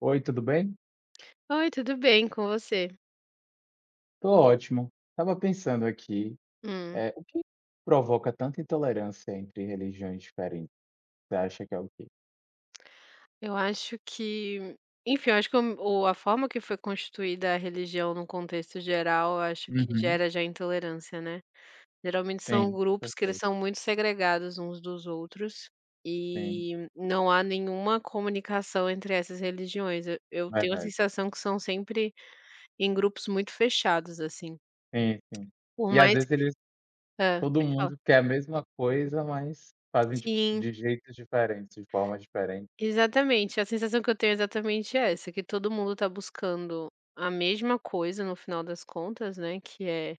Oi, tudo bem? Oi, tudo bem com você? Tô ótimo. Estava pensando aqui, Hum, o que provoca tanta intolerância entre religiões diferentes? Você acha que é o quê? eu acho que, enfim, eu acho que o a forma que foi constituída a religião no contexto geral, eu acho que Uhum. gera já intolerância, né. Geralmente são Sim, com grupos que eles certeza. são muito segregados uns dos outros, Sim, e não há nenhuma comunicação entre essas religiões. Eu tenho a verdade. sensação que são sempre em grupos muito fechados, assim. Sim, sim. Por E às mais vezes que eles todo pode falar. mundo quer a mesma coisa, mas fazem de Sim. de jeitos diferentes, de formas diferentes. Exatamente, a sensação que eu tenho é exatamente essa, que todo mundo tá buscando a mesma coisa no final das contas, né, que é,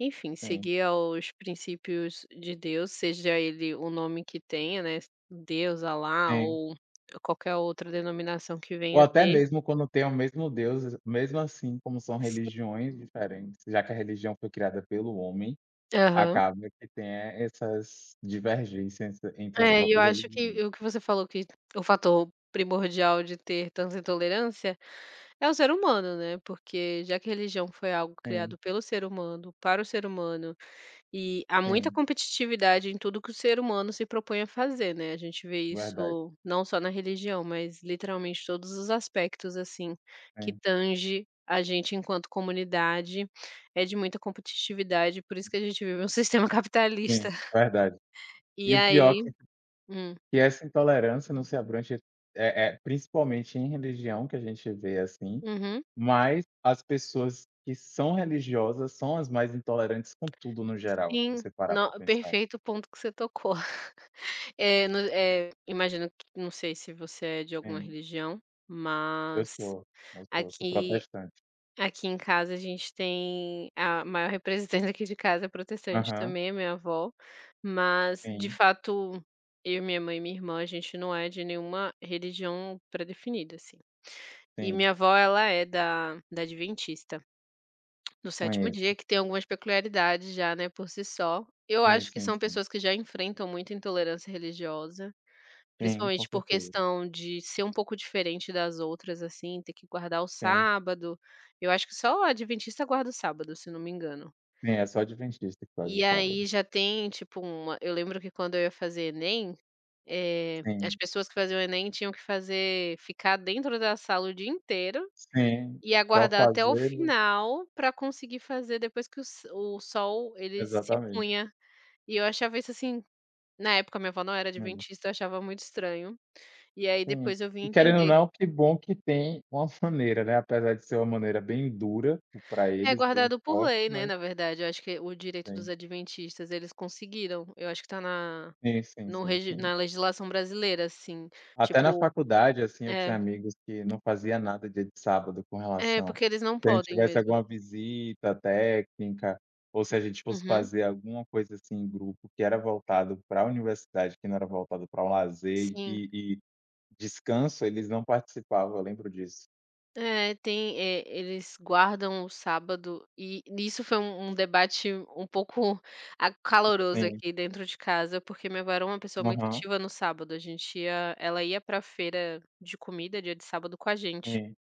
enfim, Sim, seguir aos princípios de Deus, seja ele o nome que tenha, né, Deus, Alá sim. ou qualquer outra denominação que Ou venha a até ter. mesmo quando tem o mesmo Deus, mesmo assim, como são Sim. religiões diferentes, já que a religião foi criada pelo homem. Aham. Acaba que tem essas divergências entre as É, e eu próprias acho religiões. que o que você falou que o fator primordial de ter tanta intolerância é o ser humano, né, porque já que a religião foi algo Sim, criado pelo ser humano, para o ser humano. E há muita sim, competitividade em tudo que o ser humano se propõe a fazer, né, a gente vê verdade. isso não só na religião, mas literalmente todos os aspectos, assim, que Sim, tange a gente enquanto comunidade, é de muita competitividade, por isso que a gente vive um sistema capitalista. sim, verdade. E E o pior aí que hum, que essa intolerância não se abrange, é, principalmente em religião que a gente vê assim, uhum, mas as pessoas que são religiosas são as mais intolerantes com tudo no geral, se sim, você parar no para pensar. perfeito o ponto que você tocou. É, no imagino que não sei se você é de alguma Sim, religião, eu mas sou, eu sou aqui protestante. Aqui em casa a gente tem a maior representante aqui de casa é protestante Aham, também, a minha avó, mas de sim, fato eu, minha mãe e minha irmã, a gente não é de nenhuma religião pré-definida, assim. E sim, minha avó ela é da adventista no sétimo conheço. dia, que tem algumas peculiaridades já, né, por si só. Eu Sim, acho que sim, são sim. pessoas que já enfrentam muita intolerância religiosa. Sim, com Principalmente por certeza. questão de ser um pouco diferente das outras, assim, ter que guardar o Sim. sábado. Eu acho que só o adventista guarda o sábado, se não me engano. Sim, é só adventista que faz o E sábado. aí já tem, tipo, uma eu lembro que quando eu ia fazer Enem, as Sim, pessoas que faziam Enem tinham que fazer ficar dentro da sala o dia inteiro sim, e só aguardar até o fazendo, final para conseguir fazer depois que o sol ele se exatamente. punha. E eu achava isso assim na época minha avó não era Hum, adventista, eu achava muito estranho. E aí sim. depois eu vim E querendo ou entender. não, que bom que tem uma maneira, né, apesar de ser uma maneira bem dura para É eles, bem guardado por forte, lei, né, mas na verdade, eu acho que o direito dos tem. adventistas eles conseguiram, eu acho que tá na Sim, sim, no sim, regi sim. na legislação brasileira, assim, Até na tipo faculdade, assim, eu tinha é, amigos que não fazia nada dia de sábado com é relação, porque eles não se a gente podem tivesse mesmo. alguma visita técnica, ou se a gente fosse Uhum, fazer alguma coisa, assim, em grupo que era voltado para a universidade, que não era voltado para o lazer sim. e descanso, eles não participavam, eu lembro disso. É, tem, eles guardam o sábado e isso foi um debate um pouco a caloroso Sim. aqui dentro de casa, porque minha avó era uma pessoa muito Aham. ativa no sábado, a gente ia ela ia pra feira de comida dia de sábado com a gente. Sim.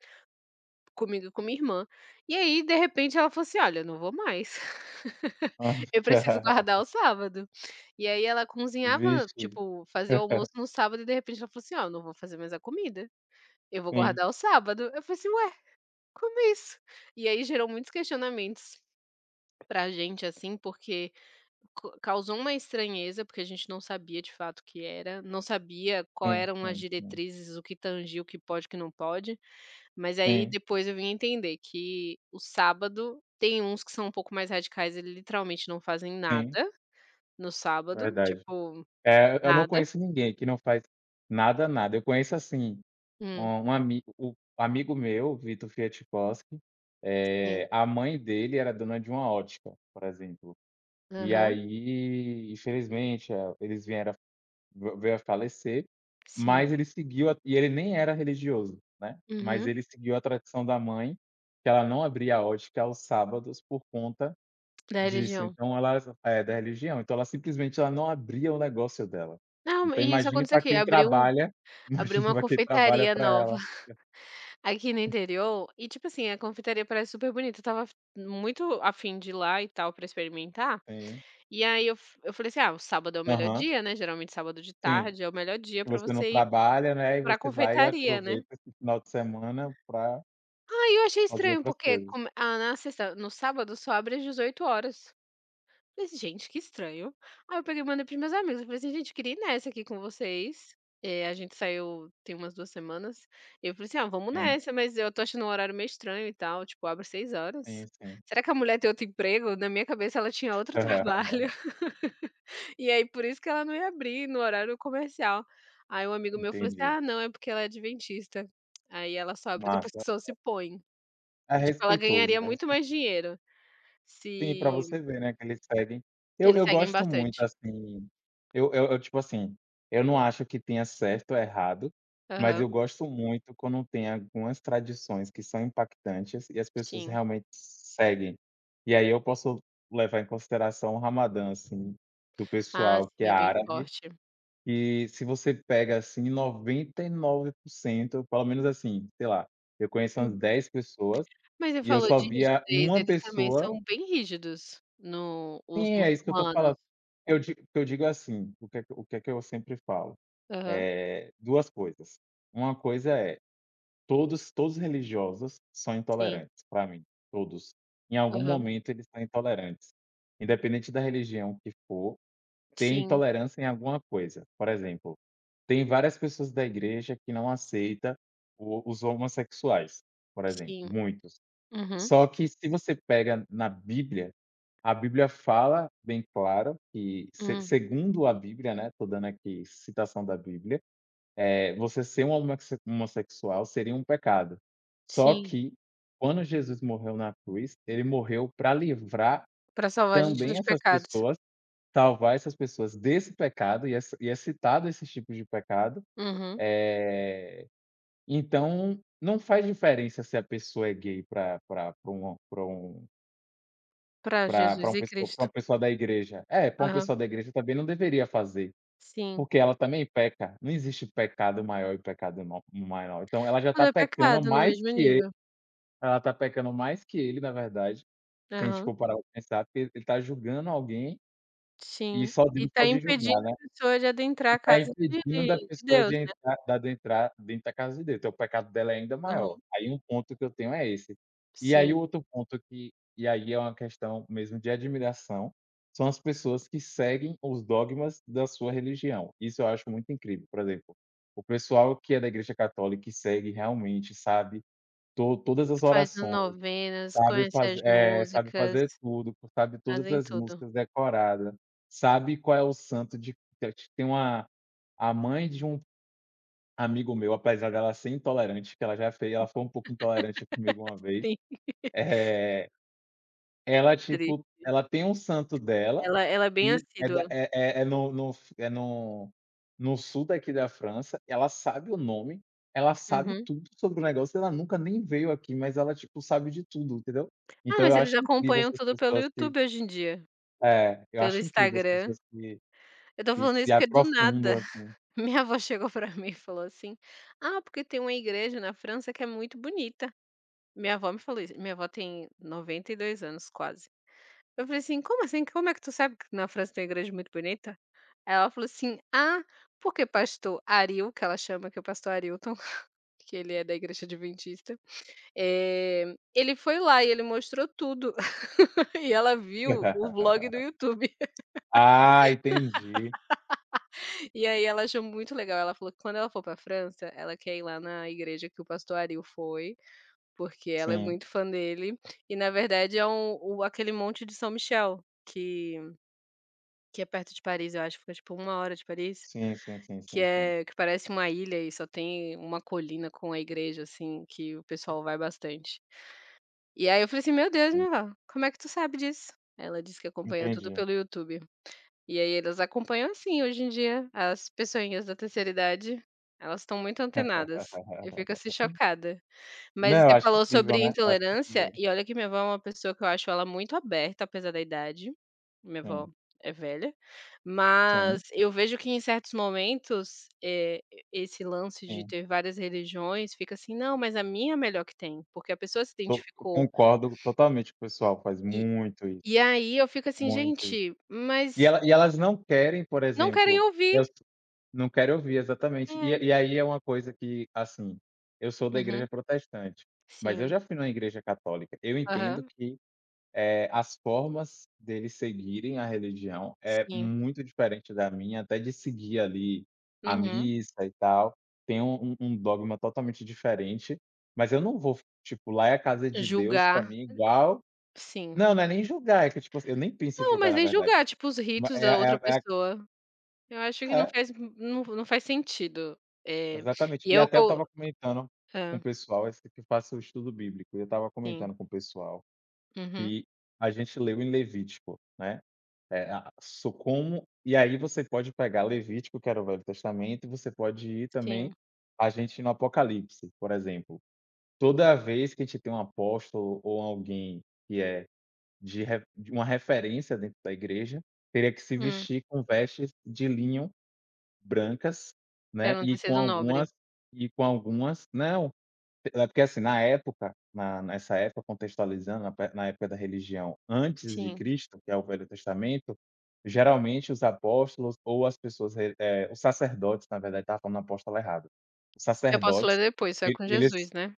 Comigo e com minha irmã. E aí, de repente, ela falou assim: "Olha, eu não vou mais. Hã. Eu preciso guardar o sábado". E aí ela cozinhava, Vixe. tipo, fazia o almoço no sábado e de repente ela falou assim: "Ó, eu não vou fazer mais a comida, eu vou Sim, guardar o sábado". Eu falei assim: "Ué, como é isso?". E aí gerou muitos questionamentos pra gente, assim, porque co causou uma estranheza, porque a gente não sabia de fato o que era, não sabia qual sim, eram as sim, sim. diretrizes, o que tangia, o que pode, o que não pode. Mas aí Sim, depois eu vim entender que o sábado tem uns que são um pouco mais radicais, eles literalmente não fazem sim, nada no sábado, verdade. tipo, É, eu não nada. conheço ninguém que não faz nada, nada. Eu conheço, assim, Hum, Um ami o amigo meu, Vitor Fiatkoski, sim. A mãe dele era dona de uma ótica, por exemplo. E Aham, aí, infelizmente, eles vieram v veio a falecer, sim. mas ele seguiu a e ele nem era religioso, né, mas Uhum, ele seguiu a tradição da mãe, que ela não abria a ótica aos sábados por conta da disso. religião. Então ela, é, da religião, então ela simplesmente ela não abria o negócio dela. Não, Então e isso imagine aconteceu para aqui, quem abriu trabalha, abriu imagine uma para quem trabalha confeitaria para nova ela. aqui no interior e, tipo assim, a confeitaria parece super bonita, eu estava muito afim de ir lá e tal pra experimentar, Sim. e aí eu f eu falei assim: "Ah, o sábado é o melhor Aham, dia, né", geralmente sábado de sim, tarde é o melhor dia que pra você não você ir trabalha, né, e pra você vai e confeitaria, né. aproveita esse final de semana pra Ah, eu achei fazer estranho, outras porque coisas. come ah, na sexta no sábado só abre às 18 horas. Falei assim: "Gente, que estranho". Aí eu peguei e mandei para os meus amigos, eu falei assim: "Gente, queria ir nessa aqui com vocês". Eh, a gente saiu tem umas 2 semanas, E eu falei assim: "Ah, vamos Sim, nessa, mas eu tô achando um horário meio estranho e tal, tipo, abre 6 horas. sim, sim. Será que a mulher tem outro emprego?". Na minha cabeça ela tinha outro trabalho, e aí por isso que ela não ia abrir no horário comercial. Aí um amigo meu falou assim: Entendi. "Ah, não, é porque ela é adventista, aí ela só abre depois que Massa. o sol se põe". É E, tipo, ela respeitoso, ganharia muito mais dinheiro sim, pra se você ver, né, que eles seguem. Eu eles eu seguem gosto muito, bastante. assim, eu, tipo assim, eu não acho que tenha certo ou errado, mas Aham, eu gosto muito quando tem algumas tradições que são impactantes e as pessoas sim. realmente seguem. E aí eu posso levar em consideração o Ramadã, assim, do Ah, pessoal que sim, é é bem árabe, forte. e se você pega, assim, 99%, pelo menos assim, sei lá, eu conheço Hum. umas 10 pessoas Mas você e eu falou só de via rigidez, uma eles também pessoa. são bem rígidos no os Sim, é isso que eu tô muçulmanos. falando. Eu digo é assim, o que é que eu sempre falo? Aham, duas coisas. Uma coisa é, todos os religiosos são sim. intolerantes pra mim, todos. Em algum Aham, momento eles são intolerantes. Independente da religião que for, tem sim, intolerância em alguma coisa. Por exemplo, tem várias pessoas da igreja que não aceita o os homossexuais, por exemplo, sim. muitos. Uhum, Só que se você pega na Bíblia, a Bíblia fala bem claro que, se hum, segundo a Bíblia, né, tô dando aqui citação da Bíblia, você ser um homossexual seria um pecado. Só sim. que quando Jesus morreu na cruz, ele morreu para livrar Pra salvar a gente também dos essas pecados. pessoas, salvar essas pessoas desse pecado, e é citado esses tipos de pecado. Uhum. Então, não faz diferença se a pessoa é gay para pra pra um pra um Pra pra pra Jesus uma e pessoa pra Cristo. uma pessoa da igreja. É, para uma Aham, pessoa da igreja também não deveria fazer. sim. Porque ela também peca, não existe pecado maior e pecado mo menor, então ela já Tudo está é pecando pecado no mais mesmo que ele, nível. ela está pecando mais que ele, na verdade, se a gente Aham. for parar pra pensar, porque ele está julgando alguém e Sim, só e Deus tá pode impedindo julgar, né. a pessoa de adentrar E a tá casa impedindo da de pessoa Deus, né. De adentrar dentro da casa de Deus, então o pecado dela é ainda Aham, maior. Aí um ponto que eu tenho é esse. E aí sim. o outro ponto que e aí é uma questão mesmo de admiração, são as pessoas que seguem os dogmas da sua religião. Isso eu acho muito incrível, por exemplo, o pessoal que é da igreja católica e segue realmente, sabe, to todas as Faz as orações. novenas, Sabe conhece as faze eh, sabe músicas, fazer tudo, sabe todas fazem as tudo. músicas decorada, sabe qual é o santo de. Tem uma, a mãe de um amigo meu, apesar dela ser intolerante, que ela já fez ela foi um pouco intolerante comigo uma vez, eh ela, Sempre. tipo, ela tem um santo dela, Ela é bem e é da assídua. é é é no no f é no no sul daqui da França, ela sabe o nome, ela sabe Uhum. tudo sobre o negócio, ela nunca nem veio aqui, mas ela, tipo, sabe de tudo, entendeu. Ah, Então mas eu eles acho incrível acompanham essas tudo pelo pessoas YouTube hoje em dia, eu pelo acho incrível as Instagram. pessoas que Eu tô que falando isso se porque do nada aprofundam, assim. minha avó chegou pra mim e falou assim: "Ah, porque tem uma igreja na França que é muito bonita". Minha avó me falou isso, minha avó tem 92 anos quase. Eu falei assim? Como é que tu sabe que na França tem uma igreja é muito bonita?" Aí ela falou assim: "Ah, porque pastor Ariel", que ela chama, que é o pastor Arilton, que ele é da igreja adventista, ele foi lá e ele mostrou tudo. E ela viu o vlog do YouTube. Ah, entendi. E aí ela achou muito legal. Ela falou que quando ela for pra França, ela quer ir lá na igreja que o pastor Ariel foi, porque ela é Sim. muito fã dele. E na verdade é um o aquele monte de São Michel, que é perto de Paris, eu acho, fica tipo uma hora de Paris. Sim, sim, sim, Que sim, sim, é que parece uma ilha e só tem uma colina com a igreja, assim, que o pessoal vai bastante. E aí eu falei assim: "Meu Deus, sim. minha avó, como é que tu sabe disso?" Ela disse que acompanha tudo Entendi. pelo YouTube. E aí elas acompanham assim, hoje em dia, as pessoinhas da terceira idade, elas estão muito antenadas. Eu fico assim chocada. Mas Não, eu você acho falou incrível, sobre né, eu acho intolerância, incrível. e olha que minha avó é uma pessoa que eu acho ela muito aberta, apesar da idade. Minha avó Sim, é velha, mas sim, eu vejo que em certos momentos, esse lance de sim. ter várias religiões fica assim: "Não, mas a minha é a melhor que tem", porque a pessoa se To identificou. Concordo totalmente com o pessoal, faz E muito isso, e aí eu fico assim: muito isso. "Gente, E mas ela e elas não querem, por não querem exemplo, ouvir". eu s não querem ouvir, exatamente. E É. e aí é uma coisa que, assim, eu sou da Uhum. igreja protestante, mas eu Sim. já fui numa igreja católica. Eu entendo Aham. que, as formas deles seguirem a religião é Sim. muito diferente da minha, até de seguir ali a Uhum. missa e tal, tem um dogma totalmente diferente, mas eu não vou, tipo, lá é a casa de Deus pra Julgar. mim igual. Sim. Não, não é nem julgar, é que, tipo assim, eu nem penso em Não, julgar mas na nem verdade, julgar, tipo, os ma ritos é da outra a é pessoa. Eu acho que não é, faz não faz sentido. Eh, exatamente. e E eu até eu co estava comentando com o hã, pessoal, esse que eu faço o estudo bíblico, e eu estava sim. comentando com o pessoal Uhum. que a gente leu em Levítico, né. É, a so como e aí você pode pegar Levítico, que era o Velho Testamento, e você pode ir também Sim. a gente no Apocalipse, por exemplo. Toda vez que a gente tem um apóstolo ou alguém que é de uma referência dentro da igreja, teria que se Hum. vestir com vestes de linho brancas, né, Era um e com tecido nobre. algumas, né, é porque assim, na época, na nessa época, contextualizando, na época da religião antes de Sim. Cristo, que é o Velho Testamento, geralmente os apóstolos ou as pessoas re eh, os sacerdotes, na verdade, estava falando apóstolo errado. Os Eu posso sacerdotes, ler depois, só é e com eles. Jesus, né.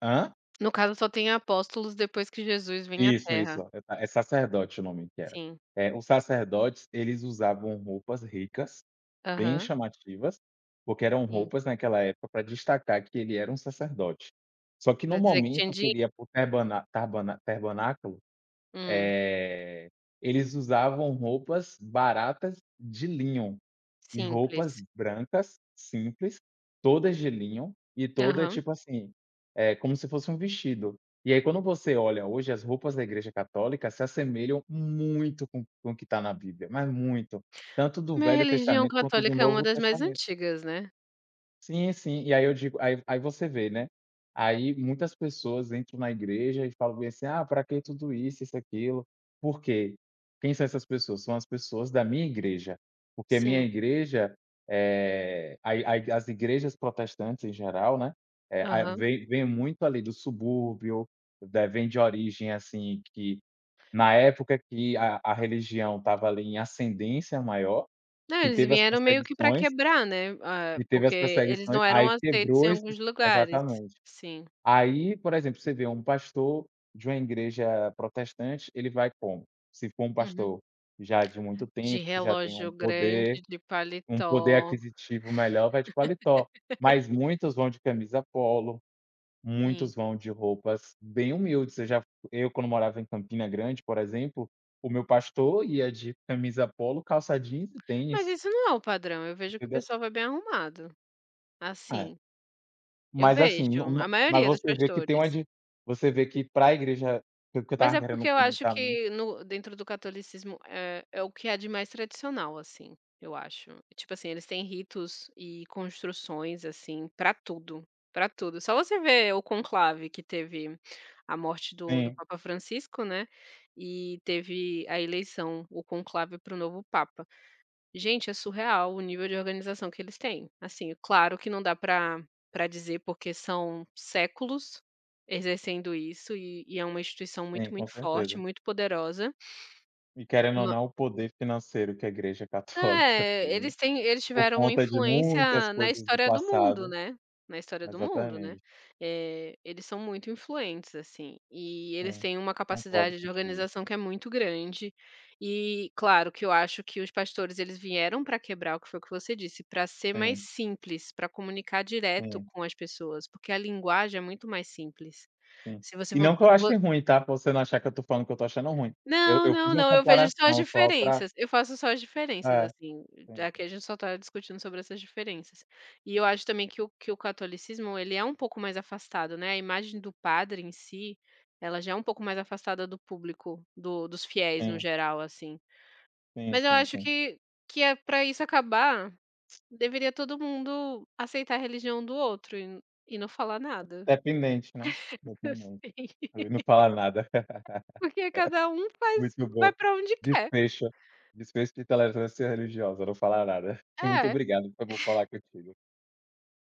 Hã? No caso só tem apóstolos depois que Jesus vem à Isso, isso. terra. É sacerdote o nome que era. Sim. Os sacerdotes, eles usavam roupas ricas, bem Aham. chamativas, porque eram Sim. roupas naquela época para destacar que ele era um sacerdote. Só que Pra no dizer que tinha momento que dinheiro. ele ia para o terbana tarbana terbanáculo, Hum. eles usavam roupas baratas de linho. E roupas Simples. brancas, simples, todas de linho e toda, Aham. tipo assim, é como se fosse um vestido. E aí quando você olha hoje, as roupas da igreja católica se assemelham muito com o que está na Bíblia, mas muito, tanto do Minha Velho religião Testamento quanto do católica é uma Novo das mais Testamento. antigas, né. Sim, sim. E aí eu digo, aí você vê, né, aí muitas pessoas entram na igreja e falam bem assim: "Ah, para que tudo isso, isso, aquilo". Por quê? Quem são essas pessoas? São as pessoas da minha igreja, porque a minha Sim. igreja, é a as igrejas protestantes em geral, né, eh, a Aham. vem muito ali do subúrbio, da vem de origem, assim, que na época que a religião estava ali em ascendência maior, Não, que eles teve as vieram meio que pra perseguições quebrar, né, ah, e teve porque as eles perseguições, não eram aí aceitos em quebrou esses, alguns lugares. exatamente. Sim. Aí, por exemplo, você vê um pastor de uma igreja protestante, ele vai como? Se for um Uhum. pastor já de muito De tempo, que já tem relógio um grande, poder de um poder paletó, aquisitivo melhor, vai de paletó. Mas muitos vão de camisa polo, sim. muitos vão de roupas bem humildes. Eu quando morava em Campina Grande, por exemplo, o meu pastor ia de camisa polo, calça jeans e Mas tênis, isso não é o padrão, eu vejo que o entendeu? pessoal vai bem arrumado, É. assim, eu Mas assim, não vejo, a não mas maioria dos você vê que tem pastores. uma di você vê que para a igreja, o que eu Mas estava é porque querendo eu acho comentar muito, que no dentro do catolicismo é é o que há de mais tradicional, assim, eu acho. Tipo assim, eles têm ritos e construções, assim, pra tudo, pra tudo. Só você vê o conclave que teve a morte do sim, Papa Francisco, né, e teve a eleição, o conclave para o novo papa. Gente, é surreal o nível de organização que eles têm. Assim, claro que não dá para dizer, porque são séculos exercendo isso e é uma instituição muito, sim, com muito forte, certeza. muito poderosa. E querendo ou não, o poder financeiro que a igreja católica É, tem, eles por tiveram conta de muitas influência na coisas do história do mundo, passado, né, na história do mundo, né. exatamente, Eles são muito influentes, assim, e eles sim, têm uma concordo capacidade de contigo. organização que é muito grande. E claro que eu acho que os pastores eles vieram para quebrar o que foi que você disse, para ser mais Sim, simples, para comunicar direto sim, com as pessoas, porque a linguagem é muito mais simples. sim. Se você E for não que eu ache ruim, tá, pra você não achar que eu tô falando que eu tô achando ruim. Eu não, eu fiz não, uma não, eu vejo só as comparação só pra, diferenças, eu faço só as diferenças, é, assim, sim, já que a gente só tá discutindo sobre essas diferenças. E eu acho também que o catolicismo, ele é um pouco mais afastado, né, a imagem do padre em si, ela já é um pouco mais afastada do público, do dos fiéis no sim, geral, assim. sim, Mas eu sim, acho sim. Que é para isso acabar, deveria todo mundo aceitar a religião do outro e não falar nada, Dependente, né, dependente. assim, Eu Não falar nada. porque cada um faz Muito vai bom. pra onde quer. Desfecho desfecho de tolerância religiosa, não falar nada. Muito É. obrigado, foi bom falar contigo.